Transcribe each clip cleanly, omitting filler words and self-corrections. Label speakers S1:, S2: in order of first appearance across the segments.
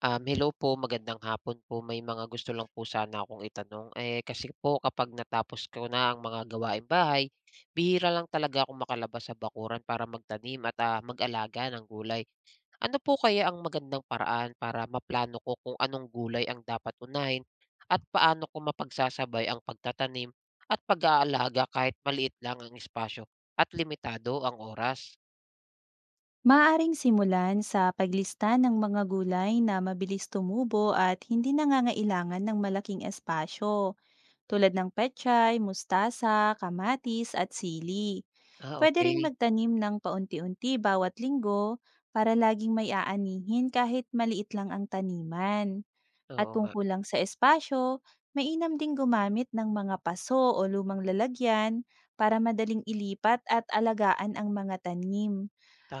S1: Hello po, magandang hapon po. May mga gusto lang po sana akong itanong. Kasi po kapag natapos ko na ang mga gawaing bahay, bihira lang talaga akong makalabas sa bakuran para magtanim at mag-alaga ng gulay. Ano po kaya ang magandang paraan para maplano ko kung anong gulay ang dapat unahin at paano ko mapagsasabay ang pagtatanim at pag-aalaga kahit maliit lang ang espasyo at limitado ang oras?
S2: Maaaring simulan sa paglista ng mga gulay na mabilis tumubo at hindi nangangailangan ng malaking espasyo, tulad ng pechay, mustasa, kamatis at sili.
S1: Ah,
S2: Pwede ring
S1: okay.
S2: magtanim ng paunti-unti bawat linggo para laging may aanihin kahit maliit lang ang taniman. At
S1: Oo
S2: kung
S1: nga.
S2: kulang sa espasyo, mainam ding gumamit ng mga paso o lumang lalagyan para madaling ilipat at alagaan ang mga tanim,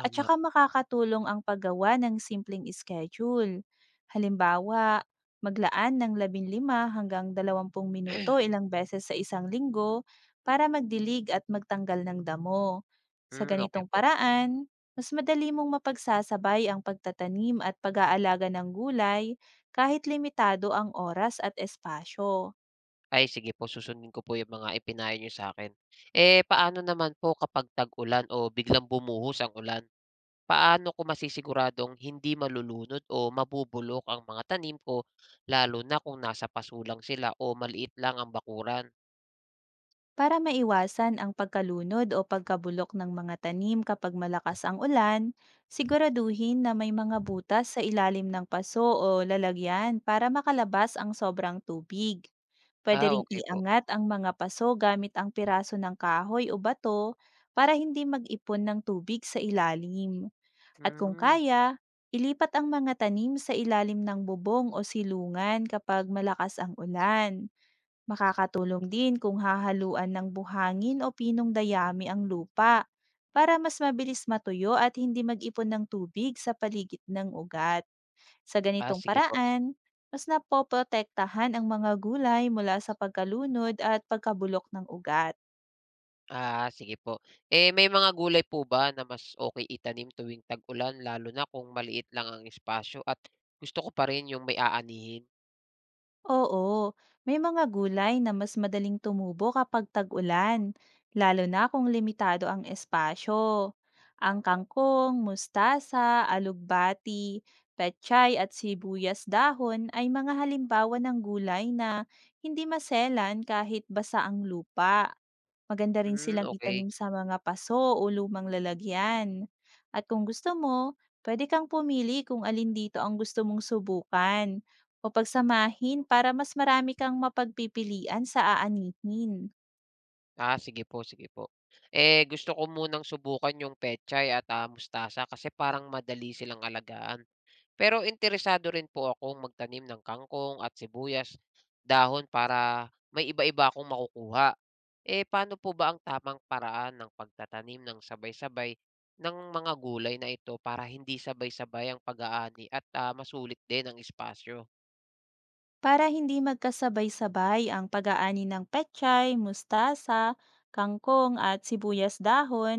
S2: at saka makakatulong ang paggawa ng simpleng schedule. Halimbawa, maglaan ng 15 hanggang 20 minuto ilang beses sa isang linggo para magdilig at magtanggal ng damo. Sa
S1: Okay
S2: ganitong
S1: po.
S2: paraan, mas madali mong mapagsasabay ang pagtatanim at pag-aalaga ng gulay kahit limitado ang oras at espasyo.
S1: Ay sige po, susundin ko po yung mga ipinayo niyo sa akin. Paano naman po kapag tag-ulan o biglang bumuhos ang ulan? Paano ko masisiguradong hindi malulunod o mabubulok ang mga tanim ko, lalo na kung nasa pasulang sila o maliit lang ang bakuran?
S2: Para maiwasan ang pagkalunod o pagkabulok ng mga tanim kapag malakas ang ulan, siguraduhin na may mga butas sa ilalim ng paso o lalagyan para makalabas ang sobrang tubig. Pwede
S1: Ah,
S2: ring
S1: okay po.
S2: iangat ang mga paso gamit ang piraso ng kahoy o bato para hindi mag-ipon ng tubig sa ilalim. At kung
S1: Hmm.
S2: kaya, ilipat ang mga tanim sa ilalim ng bubong o silungan kapag malakas ang ulan. Makakatulong din kung hahaluan ng buhangin o pinong dayami ang lupa para mas mabilis matuyo at hindi mag-ipon ng tubig sa paligid ng ugat. Sa
S1: Ah,
S2: ganitong
S1: sige po.
S2: paraan, mas napoprotektahan ang mga gulay mula sa pagkalunod at pagkabulok ng ugat.
S1: Ah, sige po. May mga gulay po ba na mas okay itanim tuwing tag-ulan, lalo na kung maliit lang ang espasyo at gusto ko pa rin yung may aanihin?
S2: Oo, may mga gulay na mas madaling tumubo kapag tag-ulan, lalo na kung limitado ang espasyo. Ang kangkong, mustasa, alugbati, pechay at sibuyas dahon ay mga halimbawa ng gulay na hindi maselan kahit basa ang lupa. Maganda rin
S1: Hmm,
S2: silang
S1: okay.
S2: itanim sa mga paso o lumang lalagyan. At kung gusto mo, pwede kang pumili kung alin dito ang gusto mong subukan o pagsamahin para mas marami kang mapagpipilian sa aanihin.
S1: Ah, sige po, sige po. Eh, gusto ko munang subukan yung pechay at, mustasa kasi parang madali silang alagaan. Pero interesado rin po akong magtanim ng kangkong at sibuyas, dahon para may iba-iba akong makukuha. Eh, paano po ba ang tamang paraan ng pagtatanim ng sabay-sabay ng mga gulay na ito para hindi sabay-sabay ang pag-aani at, masulit din ang espasyo?
S2: Para hindi magkasabay-sabay ang pag-aani ng pechay, mustasa, kangkong at sibuyas dahon,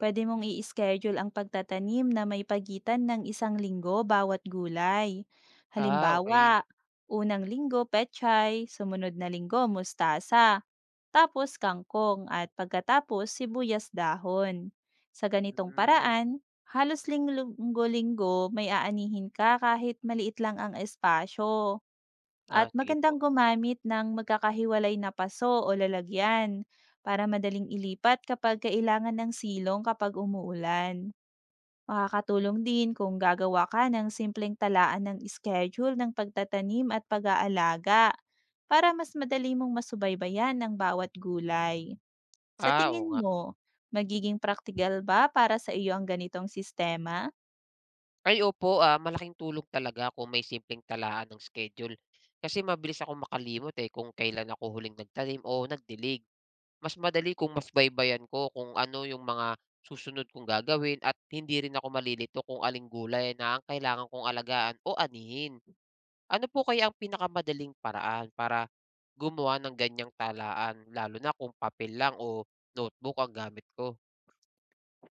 S2: pwede mong i-schedule ang pagtatanim na may pagitan ng isang linggo bawat gulay.
S1: Ah,
S2: Halimbawa,
S1: okay.
S2: unang linggo pechay, sumunod na linggo mustasa, tapos kangkong at pagkatapos sibuyas dahon. Sa ganitong
S1: Mm.
S2: paraan, halos linggo-linggo may aanihin ka kahit maliit lang ang espasyo.
S1: Ah,
S2: At
S1: sige po.
S2: magandang gumamit ng magkakahiwalay na paso o lalagyan para madaling ilipat kapag kailangan ng silong kapag umuulan. Makakatulong din kung gagawa ka ng simpleng talaan ng schedule ng pagtatanim at pag-aalaga para mas madali mong masubaybayan ang bawat gulay. Sa
S1: Ah, oo
S2: tingin
S1: nga.
S2: mo, magiging praktikal ba para sa iyo ang ganitong sistema?
S1: Ay opo, malaking tulong talaga kung may simpleng talaan ng schedule. Kasi mabilis akong makalimot eh kung kailan ako huling nagtanim o nagdilig. Mas madali kung mas baybayan ko kung ano yung mga susunod kong gagawin, at hindi rin ako malilito kung aling gulay na ang kailangan kong alagaan o anihin. Ano po kaya ang pinakamadaling paraan para gumawa ng ganyang talaan, lalo na kung papel lang o notebook ang gamit ko?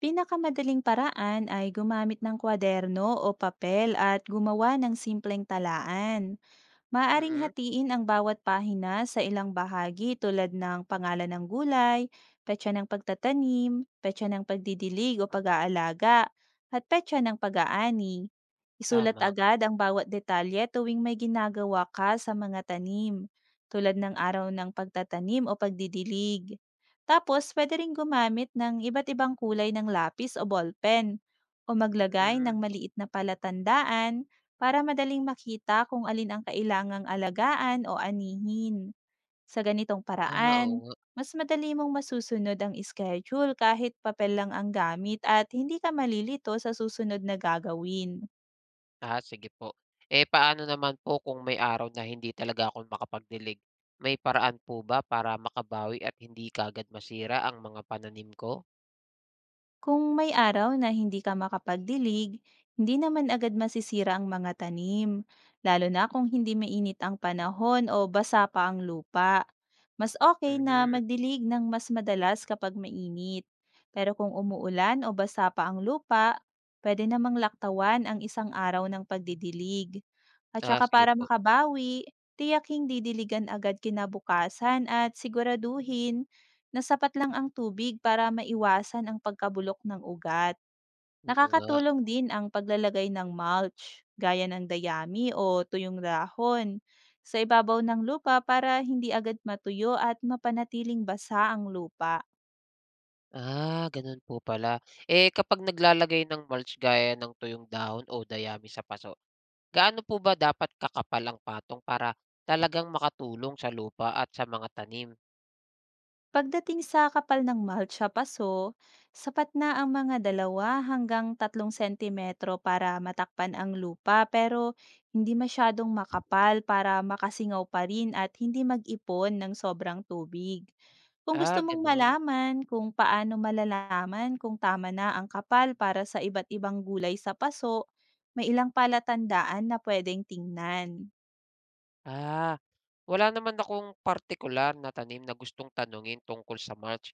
S2: Pinakamadaling paraan ay gumamit ng kwaderno o papel at gumawa ng simpleng talaan. Maaring
S1: Mm,
S2: hatiin ang bawat pahina sa ilang bahagi, tulad ng pangalan ng gulay, petsa ng pagtatanim, petsa ng pagdidilig o pag-aalaga, at petsa ng pag-aani. Isulat
S1: tama.
S2: agad ang bawat detalye tuwing may ginagawa ka sa mga tanim, tulad ng araw ng pagtatanim o pagdidilig. Tapos, pwede rin gumamit ng iba't ibang kulay ng lapis o ballpen o maglagay
S1: Hmm,
S2: ng maliit na palatandaan para madaling makita kung alin ang kailangang alagaan o anihin. Sa ganitong
S1: ah,
S2: paraan,
S1: oo nga.
S2: mas madali mong masusunod ang schedule kahit papel lang ang gamit at hindi ka malilito sa susunod na gagawin.
S1: Ah, sige po. Paano naman po kung may araw na hindi talaga ako makapagdilig? May paraan po ba para makabawi at hindi kaagad masira ang mga pananim ko?
S2: Kung may araw na hindi ka makapagdilig, hindi naman agad masisira ang mga tanim, lalo na kung hindi mainit ang panahon o basa pa ang lupa. Mas okay na
S1: Hmm,
S2: magdilig ng mas madalas kapag mainit. Pero kung umuulan o basa pa ang lupa, pwede namang laktawan ang isang araw ng pagdidilig. At
S1: ah,
S2: saka
S1: sige
S2: para
S1: po.
S2: makabawi, tiyak hindi diligan agad kinabukasan at siguraduhin na sapat lang ang tubig para maiwasan ang pagkabulok ng ugat.
S1: Oo nga.
S2: Nakakatulong din ang paglalagay ng mulch, gaya ng dayami o tuyong dahon, sa ibabaw ng lupa para hindi agad matuyo at mapanatiling basa ang lupa.
S1: Ah, ganun po pala. Kapag naglalagay ng mulch gaya ng tuyong dahon o dayami sa paso, gaano po ba dapat kakapal ang patong para talagang makatulong sa lupa at sa mga tanim?
S2: Pagdating sa kapal ng mulch sa paso, sapat na ang mga dalawa hanggang tatlong sentimetro para matakpan ang lupa pero hindi masyadong makapal para makasingaw pa rin at hindi mag-ipon ng sobrang tubig. Kung gusto
S1: Ah,
S2: mong
S1: ganun.
S2: malaman kung paano malalaman kung tama na ang kapal para sa iba't ibang gulay sa paso, may ilang palatandaan na pwedeng tingnan.
S1: Ah, Wala naman akong partikular na tanim na gustong tanungin tungkol sa mulch.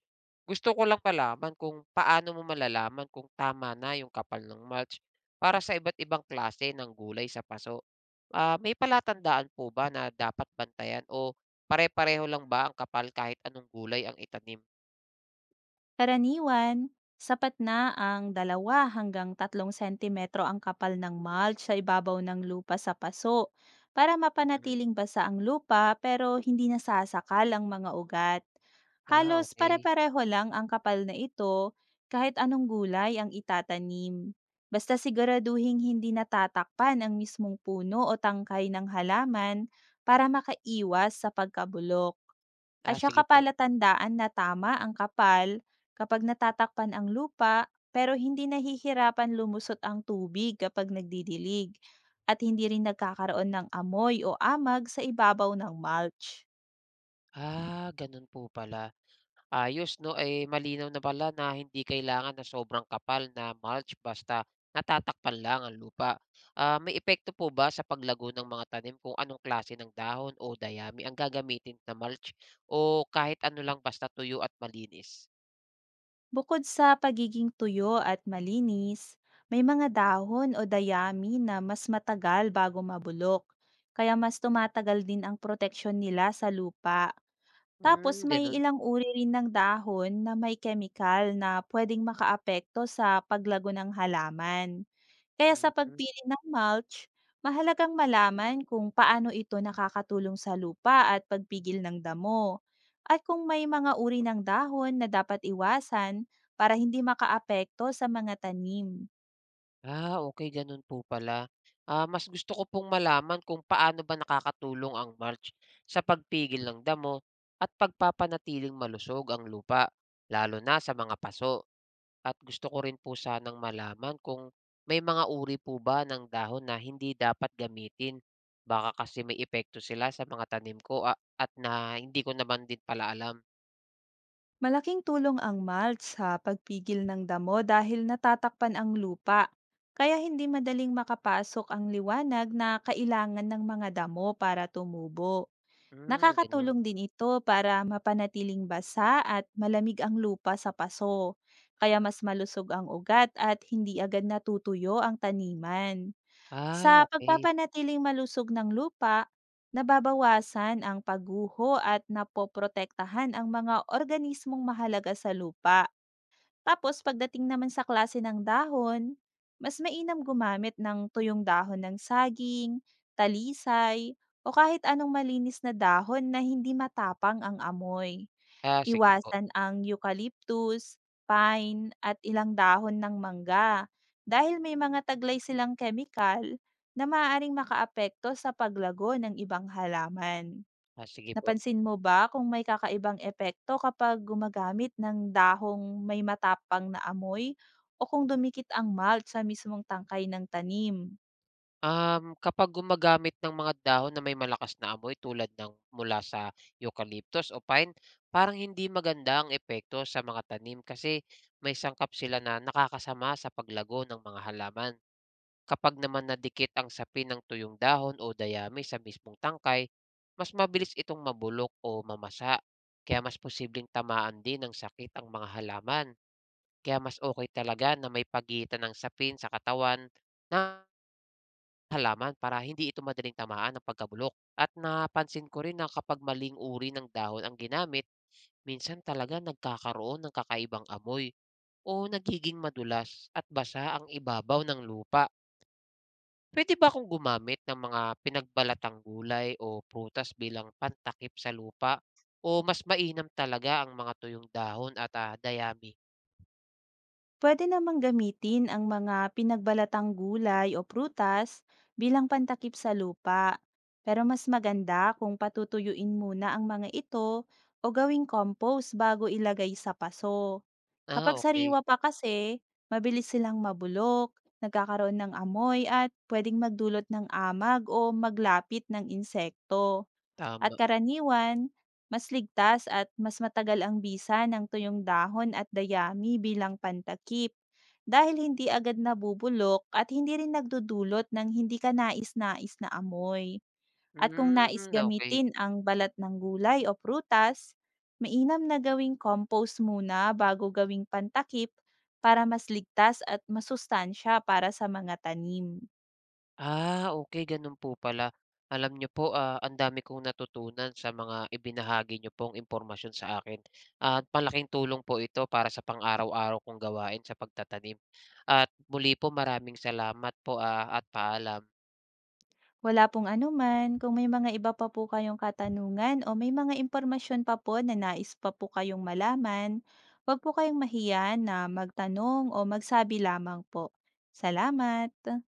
S1: Gusto ko lang malaman kung paano mo malalaman kung tama na yung kapal ng mulch para sa iba't ibang klase ng gulay sa paso. Ah, may palatandaan po ba na dapat bantayan, o pare-pareho lang ba ang kapal kahit anong gulay ang itanim?
S2: Karaniwan, sapat na ang dalawa hanggang tatlong sentimetro ang kapal ng mulch sa ibabaw ng lupa sa paso para
S1: Mm.
S2: mapanatiling basa ang lupa pero hindi nasasakal ang mga ugat.
S1: Ah,
S2: Halos
S1: okay.
S2: pare-pareho lang ang kapal na ito kahit anong gulay ang itatanim. Basta siguraduhing hindi natatakpan ang mismong puno o tangkay ng halaman para makaiwas sa pagkabulok. At
S1: Ah,
S2: saka
S1: sige po.
S2: palatandaan na tama ang kapal kapag natatakpan ang lupa pero hindi nahihirapan lumusot ang tubig kapag nagdidilig at hindi rin nagkakaroon ng amoy o amag sa ibabaw ng mulch.
S1: Ah, ganun po pala. Ayos 'no, malinaw na pala na hindi kailangan na sobrang kapal na mulch basta natatakpan lang ang lupa. Ah, may epekto po ba sa paglago ng mga tanim kung anong klase ng dahon o dayami ang gagamitin na mulch, o kahit ano lang basta tuyo at malinis?
S2: Bukod sa pagiging tuyo at malinis, may mga dahon o dayami na mas matagal bago mabulok, kaya mas tumatagal din ang proteksyon nila sa lupa. Tapos,
S1: Hmm,
S2: may
S1: ganun.
S2: ilang uri rin ng dahon na may chemical na puwedeng makaapekto sa paglago ng halaman. Kaya sa
S1: Mm.
S2: pagpili ng mulch, mahalagang malaman kung paano ito nakakatulong sa lupa at pagpigil ng damo, at kung may mga uri ng dahon na dapat iwasan para hindi makaapekto sa mga tanim.
S1: Ah, okay gano'n po pala. Ah, mas gusto ko pong malaman kung paano ba nakakatulong ang mulch sa pagpigil ng damo at pagpapanatiling malusog ang lupa, lalo na sa mga paso. At gusto ko rin po sanang malaman kung may mga uri po ba ng dahon na hindi dapat gamitin. Baka kasi may epekto sila sa mga tanim ko a, at na hindi ko naman din pala alam.
S2: Malaking tulong ang mulch sa pagpigil ng damo dahil natatakpan ang lupa, kaya hindi madaling makapasok ang liwanag na kailangan ng mga damo para tumubo.
S1: Hmm, gano'n.
S2: Nakakatulong din ito para mapanatiling basa at malamig ang lupa sa paso, kaya mas malusog ang ugat at hindi agad natutuyo ang taniman.
S1: Ah,
S2: Sa
S1: okay.
S2: pagpapanatiling malusog ng lupa, nababawasan ang pagguho at napoprotektahan ang mga organismong mahalaga sa lupa. Tapos, pagdating naman sa klase ng dahon, mas mainam gumamit ng tuyong dahon ng saging, talisay, o kahit anong malinis na dahon na hindi matapang ang amoy.
S1: Ah, sige po.
S2: Iwasan ang eucalyptus, pine, at ilang dahon ng mangga dahil may mga taglay silang kemikal na maaaring makaapekto sa paglago ng ibang halaman.
S1: Ah, sige po.
S2: Napansin mo ba kung may kakaibang epekto kapag gumagamit ng dahong may matapang na amoy o kung dumikit ang malt sa mismong tangkay ng tanim?
S1: Kapag gumagamit ng mga dahon na may malakas na amoy tulad ng mula sa eucalyptus o pine, parang hindi maganda ang epekto sa mga tanim kasi may sangkap sila na nakakasama sa paglago ng mga halaman. Kapag naman nadikit ang sapin ng tuyong dahon o dayami sa mismong tangkay, mas mabilis itong mabulok o mamasa, kaya mas posibleng tamaan din ng sakit ang mga halaman. Kaya mas okay talaga na may pagitan ng sapin sa katawan na halaman para hindi ito madaling tamaan ng pagkabulok. At napansin ko rin na kapag maling uri ng dahon ang ginamit, minsan talaga nagkakaroon ng kakaibang amoy o nagiging madulas at basa ang ibabaw ng lupa. Pwede ba akong gumamit ng mga pinagbalatang gulay o prutas bilang pantakip sa lupa? O mas mainam talaga ang mga tuyong dahon at dayami?
S2: Pwede namang gamitin ang mga pinagbalatang gulay o prutas bilang pantakip sa lupa. Pero mas maganda kung patutuyuin muna ang mga ito o gawing compost bago ilagay sa paso.
S1: Ah,
S2: Kapag
S1: okay.
S2: sariwa pa kasi, mabilis silang mabulok, nagkakaroon ng amoy at pwedeng magdulot ng amag o maglapit ng insekto. At
S1: Tama.
S2: karaniwan, mas ligtas at mas matagal ang bisa ng tuyong dahon at dayami bilang pantakip dahil hindi agad nabubulok at hindi rin nagdudulot ng hindi ka nais-nais na amoy. At kung nais
S1: Mm, okay.
S2: gamitin ang balat ng gulay o prutas, mainam na gawing compost muna bago gawing pantakip para mas ligtas at masustansya para sa mga tanim.
S1: Ah, okay gano'n po pala. Alam niyo po, ang dami kong natutunan sa mga ibinahagi niyo pong impormasyon sa akin, at malaking tulong po ito para sa pang-araw-araw kong gawain sa pagtatanim. At muli po, maraming salamat po, at paalam.
S2: Wala pong anuman. Kung may mga iba pa po kayong katanungan o may mga impormasyon pa po na nais pa po kayong malaman, huwag po kayong mahiya na magtanong o magsabi lamang po. Salamat!